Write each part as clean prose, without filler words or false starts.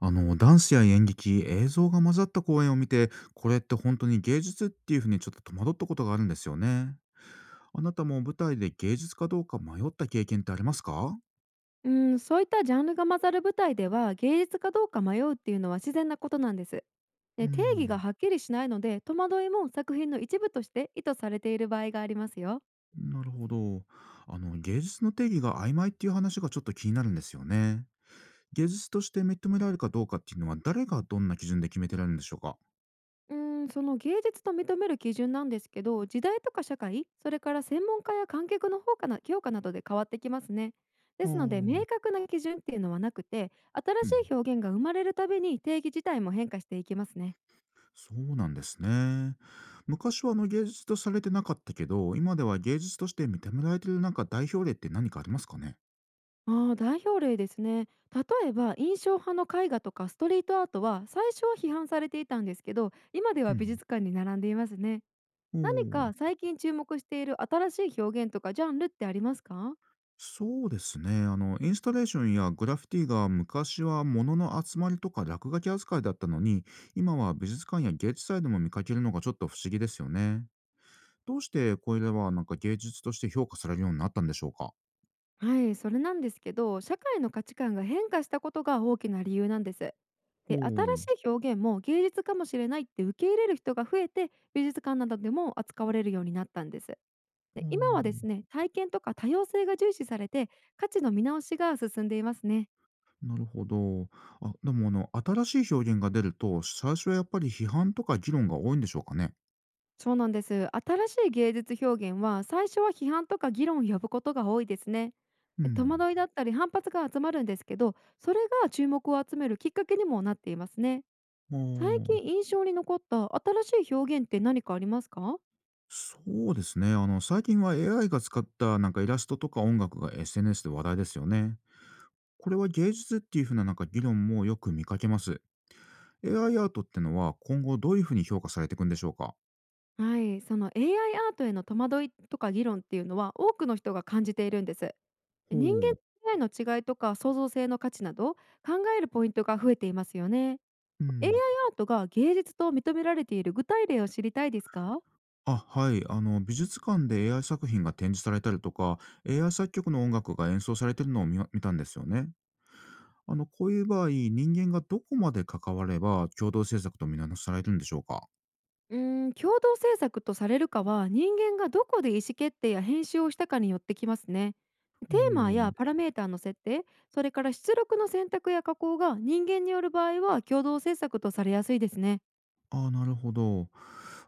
ダンスや演劇、映像が混ざった公演を見て、これって本当に芸術っていうふうにちょっと戸惑ったことがあるんですよね。あなたも舞台で芸術かどうか迷った経験ってありますか？うん、そういったジャンルが混ざる舞台では芸術かどうか迷うっていうのは自然なことなんです。うで定義がん、はっきりしないので戸惑いも作品の一部として意図されている場合がありますよ。なるほど。芸術の定義が曖昧っていう話がちょっと気になるんですよね。芸術として認められるかどうかっていうのは誰がどんな基準で決めてられるんでしょうか？うん、その芸術と認める基準なんですけど、時代とか社会、それから専門家や観客の方かな、評価などで変わってきますね。あであすのでー。明確な基準っていうのはなくて、うん。新しい表現が生まれるたびに定義自体も変化していきますね。そうなんですね。昔は芸術とされてなかったけど、今では芸術として認められてるなんか代表例って何かありますかね？ああ、代表例ですね。例えば印象派の絵画とかストリートアートは最初は批判されていたんですけど、今でうは美ん。術館に並んでいますね。お何お、か最近注目している新しい表現とかジャンルってありますか？そうですね。インスタレーションやグラフィティが昔は物の集まりとか落書き扱いだったのに、今は美術館や芸術祭でも見かけるのがちょっと不思議ですよね。どうしてこれはなんか芸術として評価されるようになったんでしょうか？はい、それなんですけど、社会の価値観が変化したことが大きな理由なんです。ほで、う。新しい表現も芸術かもしれないって受け入れる人が増えて、美術館などでも扱われるようになったんです。うで、今はですん、ね、体験とか多様性が重視されて、価値の見直しが進んでいますね。なるほど。あ、でも新しい表現が出ると、最初はやっぱり批判とか議論が多いんでしょうかね。そうなんです。新しい芸術表現は最初は批判とか議論を呼ぶことが多いですね。うで、戸ん。惑いだったり反発が集まるんですけど、それが注目を集めるきっかけにもなっていますね。あ最あ、近印象に残った新しい表現って何かありますか？そうですね。最近は AI が使ったなんかイラストとか音楽が SNS で話題ですよね。これは芸術っていうふうななんか議論もよく見かけます。AI アイアートってのは今後どういうふうに評価されていくんでしょうか？はい、その AI アイアートへの戸惑いとか議論っていうのは、多くの人が感じているんです。人間ほう。と AI の違いとか創造性の価値など、考えるポイントが増えていますよね。 う AI アイん。アートが芸術と認められている具体例を知りたいですか？あ、はい。美術館で AI 作品が展示されたりとか、AI 作曲の音楽が演奏されてるのを見たんですよね。こういう場合、人間がどこまで関われば共同政策と見直されるんでしょうか？うーん、共同制作とされるかは人間がどこで意思決定や編集をしたかによってきますね。おテーマやー。パラメーターの設定、それから出力の選択や加工が人間による場合は、共同制作とされやすいですね。ああ、なるほど。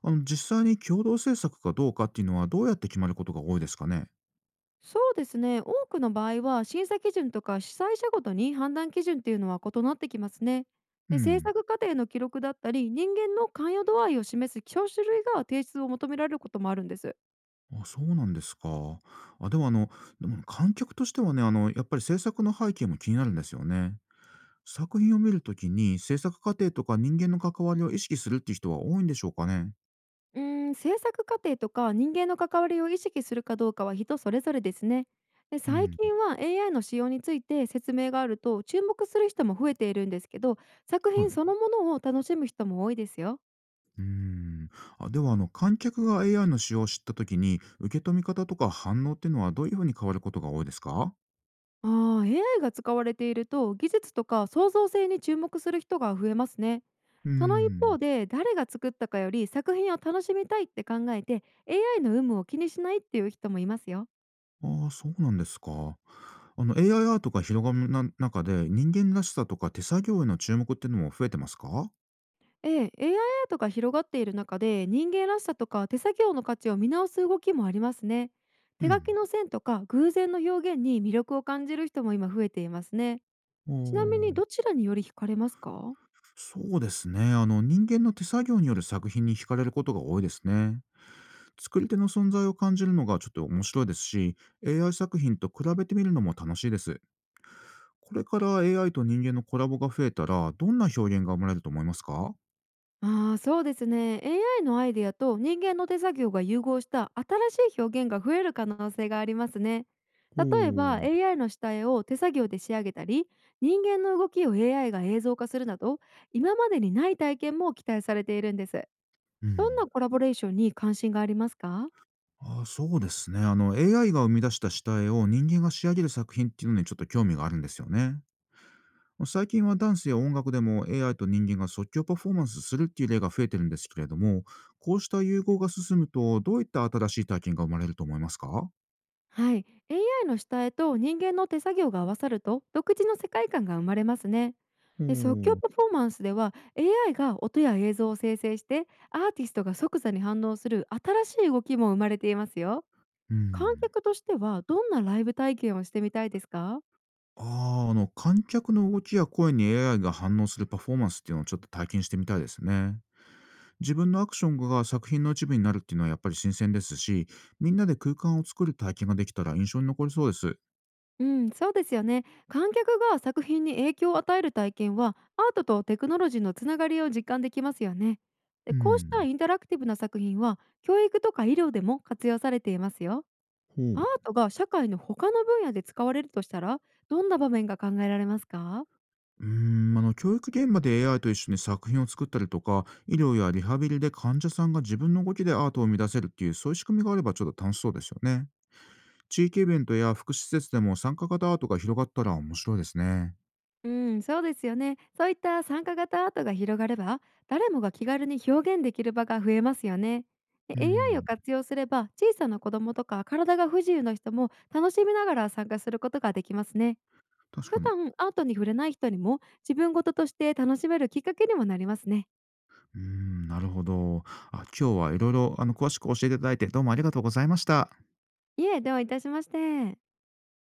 実際に共同政策かどうかっていうのはどうやって決まることが多いですかね？そうですね、多くの場合は審査基準とか主催者ごとに判断基準っていうのは異なってきますね。うで、制ん。作過程の記録だったり人間の関与度合いを示す教種類が提出を求められることもあるんです。あ、そうなんですか。あ、でも観客としてはね、やっぱり制作の背景も気になるんですよね。作品を見るときに制作過程とか人間の関わりを意識するっていう人は多いんでしょうかね？うーん、制作過程とか人間の関わりを意識するかどうかは人それぞれですね。で、う最ん。近は AI の使用について説明があると注目する人も増えているんですけど、作は品い。そのものを楽しむ人も多いですよ。うーん。あ、では観客が AI の使用を知った時に、受け止め方とか反応っていうのはどういうふうに変わることが多いですか？ああ、AI が使われていると技術とか創造性に注目する人が増えますね。うーその一ん。方で、誰が作ったかより作品を楽しみたいって考えて、 AI の有無を気にしないっていう人もいますよ。ああ、そうなんですか。AI アイアートが広がるな中で、人間らしさとか手作業への注目っていうのも増えてますか？ええ、AI アイアートが広がっている中で、人間らしさとか手作業の価値を見直す動きもありますね。う手書きん。の線とか偶然の表現に魅力を感じる人も今増えていますね。ああ、ちなみにどちらにより惹かれますか？そうですね。人間の手作業による作品に惹かれることが多いですね。作り手の存在を感じるのがちょっと面白いですし、AI 作品と比べてみるのも楽しいです。これから AI と人間のコラボが増えたら、どんな表現が生まれると思いますか？ああ、そうですね。 AI のアイデアと人間の手作業が融合した新しい表現が増える可能性がありますね。ほ例えば う。AI の下絵を手作業で仕上げたり、人間の動きを AI が映像化するなど、今までにない体験も期待されているんです。うどんん。なコラボレーションに関心がありますか？あ、そうですね。AI が生み出した下絵を人間が仕上げる作品っていうのにちょっと興味があるんですよね。最近はダンスや音楽でも AI と人間が即興パフォーマンスするっていう例が増えてるんですけれども、こうした融合が進むと、どういった新しい体験が生まれると思いますか？ほはい、 AI の下絵と人間の手作業が合わさると独自の世界観が生まれますね。で、即興う。パフォーマンスでは AI が音や映像を生成してアーティストが即座に反応する新しい動きも生まれていますよ。う観ん。客としてはどんなライブ体験をしてみたいですか？ああ、観客の動きや声に AI が反応するパフォーマンスっていうのをちょっと体験してみたいですね。自分のアクションが作品の一部になるっていうのはやっぱり新鮮ですし、みんなで空間を作る体験ができたら印象に残りそうです。うん、そうですよね。観客が作品に影響を与える体験はアートとテクノロジーのつながりを実感できますよね。うで、こうしたん。インタラクティブな作品は教育とか医療でも活用されていますよ。ほアーう。トが社会の他の分野で使われるとしたら、どんな場面が考えられますか？うーん、教育現場で AI と一緒に作品を作ったりとか、医療やリハビリで患者さんが自分の動きでアートを生み出せるっていう、そういう仕組みがあればちょっと楽しそうですよね。地域イベントや福祉施設でも参加型アートが広がったら面白いですね。うん、そうですよね。そういった参加型アートが広がれば、誰もが気軽に表現できる場が増えますよね。で、 う AI をん、活用すれば、小さな子供とか体が不自由な人も楽しみながら参加することができますね。確か普に。段アートに触れない人にも、自分事として楽しめるきっかけにもなりますね。うん、なるほど。あ、今日はいろいろ、詳しく教えていただいて、どうもありがとうございました。いえ、どういたしまして。